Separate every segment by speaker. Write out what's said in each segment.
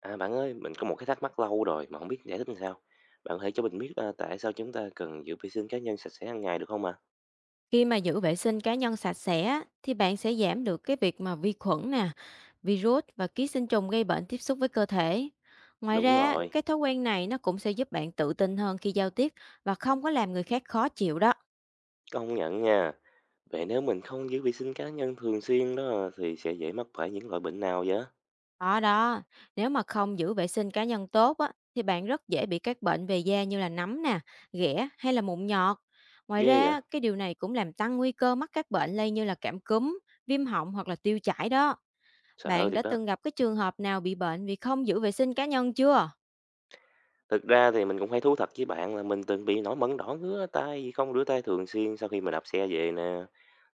Speaker 1: À, bạn ơi, mình có một cái thắc mắc lâu rồi mà không biết giải thích làm sao. Bạn hãy cho mình biết à, tại sao chúng ta cần giữ vệ sinh cá nhân sạch sẽ hàng ngày được không ạ?
Speaker 2: Khi mà giữ vệ sinh cá nhân sạch sẽ á, thì bạn sẽ giảm được cái việc mà vi khuẩn nè, virus và ký sinh trùng gây bệnh tiếp xúc với cơ thể. Ngoài
Speaker 1: Đúng
Speaker 2: ra, á,
Speaker 1: rồi,
Speaker 2: cái thói quen này nó cũng sẽ giúp bạn tự tin hơn khi giao tiếp và không có làm người khác khó chịu đó.
Speaker 1: công nhận nha. Vậy nếu mình không giữ vệ sinh cá nhân thường xuyên đó thì sẽ dễ mắc phải những loại bệnh nào vậy?
Speaker 2: Ở đó, nếu mà không giữ vệ sinh cá nhân tốt á, thì bạn rất dễ bị các bệnh về da như là nấm nè, ghẻ hay là mụn nhọt. Ngoài
Speaker 1: Ghê vậy?
Speaker 2: ra, cái điều này cũng làm tăng nguy cơ mắc các bệnh lây như là cảm cúm, viêm họng hoặc là tiêu chảy đó.
Speaker 1: Sợ
Speaker 2: Bạn đã
Speaker 1: thiệt đó.
Speaker 2: từng gặp cái trường hợp nào bị bệnh vì không giữ vệ sinh cá nhân chưa?
Speaker 1: Thực ra thì mình cũng phải thú thật với bạn là mình từng bị nổi mẩn đỏ ngứa tay vì không rửa tay thường xuyên sau khi mình đạp xe về nè.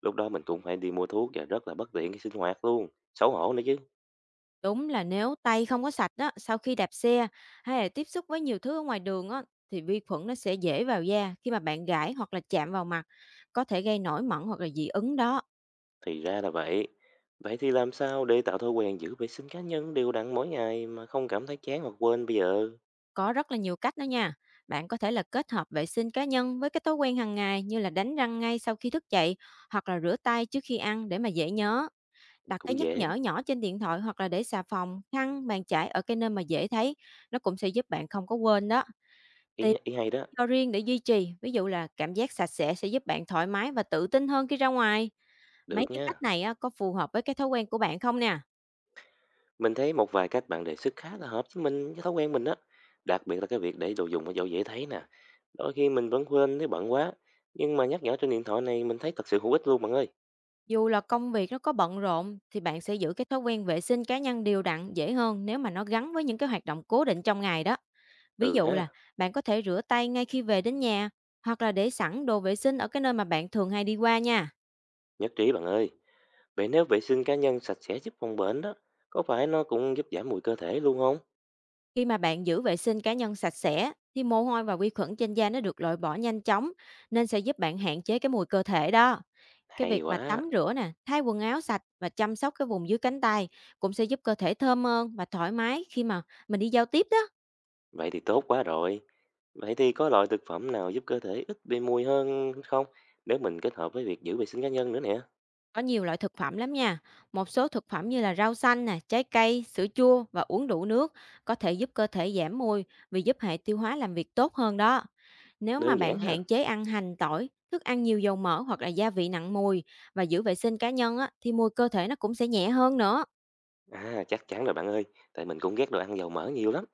Speaker 1: Lúc đó mình cũng phải đi mua thuốc và rất là bất tiện cái sinh hoạt luôn. Xấu hổ nữa chứ.
Speaker 2: Đúng là nếu tay không có sạch á, sau khi đạp xe hay là tiếp xúc với nhiều thứ ở ngoài đường á, thì vi khuẩn nó sẽ dễ vào da khi mà bạn gãi hoặc là chạm vào mặt, có thể gây nổi mẩn hoặc là dị ứng đó.
Speaker 1: Thì ra là vậy. Vậy thì làm sao để tạo thói quen giữ vệ sinh cá nhân đều đặn mỗi ngày mà không cảm thấy chán hoặc quên bây giờ?
Speaker 2: Có rất là nhiều cách đó nha. Bạn có thể là kết hợp vệ sinh cá nhân với cái thói quen hàng ngày như là đánh răng ngay sau khi thức dậy hoặc là rửa tay trước khi ăn để mà dễ nhớ. Đặt cái
Speaker 1: Cũng
Speaker 2: nhắc
Speaker 1: dễ.
Speaker 2: nhở nhỏ trên điện thoại hoặc là để xà phòng, khăn, bàn chải ở cái nơi mà dễ thấy, nó cũng sẽ giúp bạn không có quên đó. Tìm
Speaker 1: Ý hay đó.
Speaker 2: cho riêng để duy trì, ví dụ là cảm giác sạch sẽ giúp bạn thoải mái và tự tin hơn khi ra ngoài. Mấy
Speaker 1: Được
Speaker 2: cái cách
Speaker 1: nha.
Speaker 2: này á, có phù hợp với cái thói quen của bạn không nè?
Speaker 1: Mình thấy một vài cách bạn đề xuất khá là hợp với mình, với thói quen mình đó. Đặc biệt là cái việc để đồ dùng ở chỗ dễ thấy nè. Đôi khi mình vẫn quên nếu bận quá. Nhưng mà nhắc nhở trên điện thoại này mình thấy thật sự hữu ích luôn bạn ơi.
Speaker 2: Dù là công việc nó có bận rộn thì bạn sẽ giữ cái thói quen vệ sinh cá nhân đều đặn dễ hơn nếu mà nó gắn với những cái hoạt động cố định trong ngày đó. Ví
Speaker 1: Ừ
Speaker 2: dụ là
Speaker 1: ha,
Speaker 2: bạn có thể rửa tay ngay khi về đến nhà hoặc là để sẵn đồ vệ sinh ở cái nơi mà bạn thường hay đi qua nha.
Speaker 1: nhất trí bạn ơi. Vậy nếu vệ sinh cá nhân sạch sẽ giúp phòng bệnh đó, có phải nó cũng giúp giảm mùi cơ thể luôn không?
Speaker 2: Khi mà bạn giữ vệ sinh cá nhân sạch sẽ thì mồ hôi và vi khuẩn trên da nó được loại bỏ nhanh chóng, nên sẽ giúp bạn hạn chế cái mùi cơ thể đó. Cái
Speaker 1: Hay
Speaker 2: việc mà
Speaker 1: quá.
Speaker 2: tắm rửa nè, thay quần áo sạch và chăm sóc cái vùng dưới cánh tay cũng sẽ giúp cơ thể thơm hơn và thoải mái khi mà mình đi giao tiếp đó.
Speaker 1: Vậy thì tốt quá rồi. Vậy thì có loại thực phẩm nào giúp cơ thể ít bị mùi hơn không? Nếu mình kết hợp với việc giữ vệ sinh cá nhân nữa nè.
Speaker 2: Có nhiều loại thực phẩm lắm nha. Một số thực phẩm như là rau xanh nè, trái cây, sữa chua và uống đủ nước có thể giúp cơ thể giảm mùi, vì giúp hệ tiêu hóa làm việc tốt hơn đó. Nếu mà
Speaker 1: Đơn giản
Speaker 2: bạn
Speaker 1: ha.
Speaker 2: hạn chế ăn hành, tỏi, thức ăn nhiều dầu mỡ hoặc là gia vị nặng mùi và giữ vệ sinh cá nhân á, thì mùi cơ thể nó cũng sẽ nhẹ hơn nữa.
Speaker 1: À, chắc chắn rồi bạn ơi. Tại mình cũng ghét đồ ăn dầu mỡ nhiều lắm.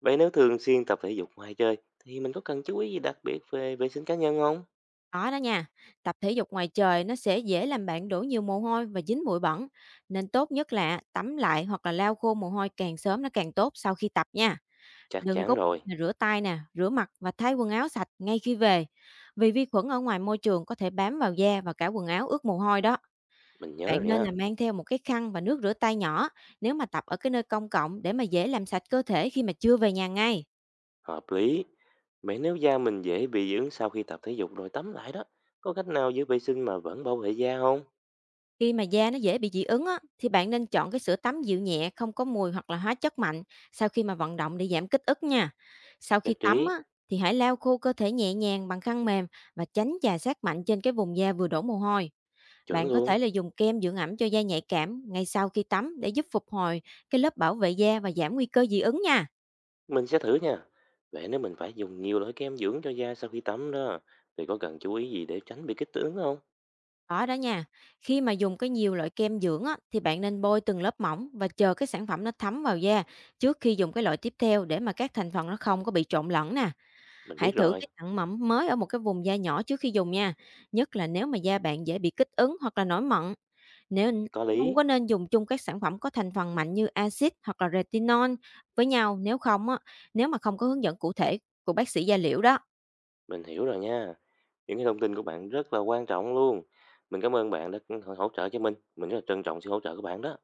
Speaker 1: Vậy nếu thường xuyên tập thể dục ngoài chơi, thì mình có cần chú ý gì đặc biệt về vệ sinh cá nhân không?
Speaker 2: Đó đó nha. Tập thể dục ngoài trời nó sẽ dễ làm bạn đổ nhiều mồ hôi và dính bụi bẩn. Nên tốt nhất là tắm lại hoặc là lau khô mồ hôi càng sớm nó càng tốt sau khi tập nha.
Speaker 1: Chắc
Speaker 2: Đừng
Speaker 1: chắn
Speaker 2: có
Speaker 1: rồi.
Speaker 2: quên là rửa tay nè, rửa mặt và thay quần áo sạch ngay khi về, vì vi khuẩn ở ngoài môi trường có thể bám vào da và cả quần áo ướt mồ hôi đó.
Speaker 1: Mình nhớ
Speaker 2: Bạn
Speaker 1: rồi
Speaker 2: nên
Speaker 1: nha.
Speaker 2: là mang theo một cái khăn và nước rửa tay nhỏ nếu mà tập ở cái nơi công cộng, để mà dễ làm sạch cơ thể khi mà chưa về nhà ngay.
Speaker 1: Hợp lý. Vậy nếu da mình dễ bị dị ứng sau khi tập thể dục rồi tắm lại đó, có cách nào giữ vệ sinh mà vẫn bảo vệ da không?
Speaker 2: Khi mà da nó dễ bị dị ứng á, thì bạn nên chọn cái sữa tắm dịu nhẹ, không có mùi hoặc là hóa chất mạnh sau khi mà vận động để giảm kích ức nha. Sau khi
Speaker 1: Nhất
Speaker 2: tắm
Speaker 1: trí.
Speaker 2: á, thì hãy lau khô cơ thể nhẹ nhàng bằng khăn mềm và tránh chà sát mạnh trên cái vùng da vừa đổ mồ hôi.
Speaker 1: Chuẩn
Speaker 2: Bạn có
Speaker 1: luôn.
Speaker 2: thể là dùng kem dưỡng ẩm cho da nhạy cảm ngay sau khi tắm để giúp phục hồi cái lớp bảo vệ da và giảm nguy cơ dị ứng nha.
Speaker 1: Mình sẽ thử nha. Vậy nếu mình phải dùng nhiều loại kem dưỡng cho da sau khi tắm đó, thì có cần chú ý gì để tránh bị kích ứng không?
Speaker 2: Đó đó nha. Khi mà dùng cái nhiều loại kem dưỡng á, thì bạn nên bôi từng lớp mỏng và chờ cái sản phẩm nó thấm vào da trước khi dùng cái loại tiếp theo, để mà các thành phần nó không có bị trộn lẫn nè.
Speaker 1: Mình
Speaker 2: Hãy
Speaker 1: biết
Speaker 2: thử
Speaker 1: rồi,
Speaker 2: cái tặng mẩm mới ở một cái vùng da nhỏ trước khi dùng nha. Nhất là nếu mà da bạn dễ bị kích ứng hoặc là nổi mẩn. Nếu
Speaker 1: có
Speaker 2: không
Speaker 1: lý,
Speaker 2: có nên dùng chung các sản phẩm có thành phần mạnh như axit hoặc là retinol với nhau, nếu mà không có hướng dẫn cụ thể của bác sĩ da liễu đó.
Speaker 1: mình hiểu rồi nha. Những cái thông tin của bạn rất là quan trọng luôn. Mình cảm ơn bạn đã hỗ trợ cho mình. Mình rất là trân trọng sự hỗ trợ của bạn đó.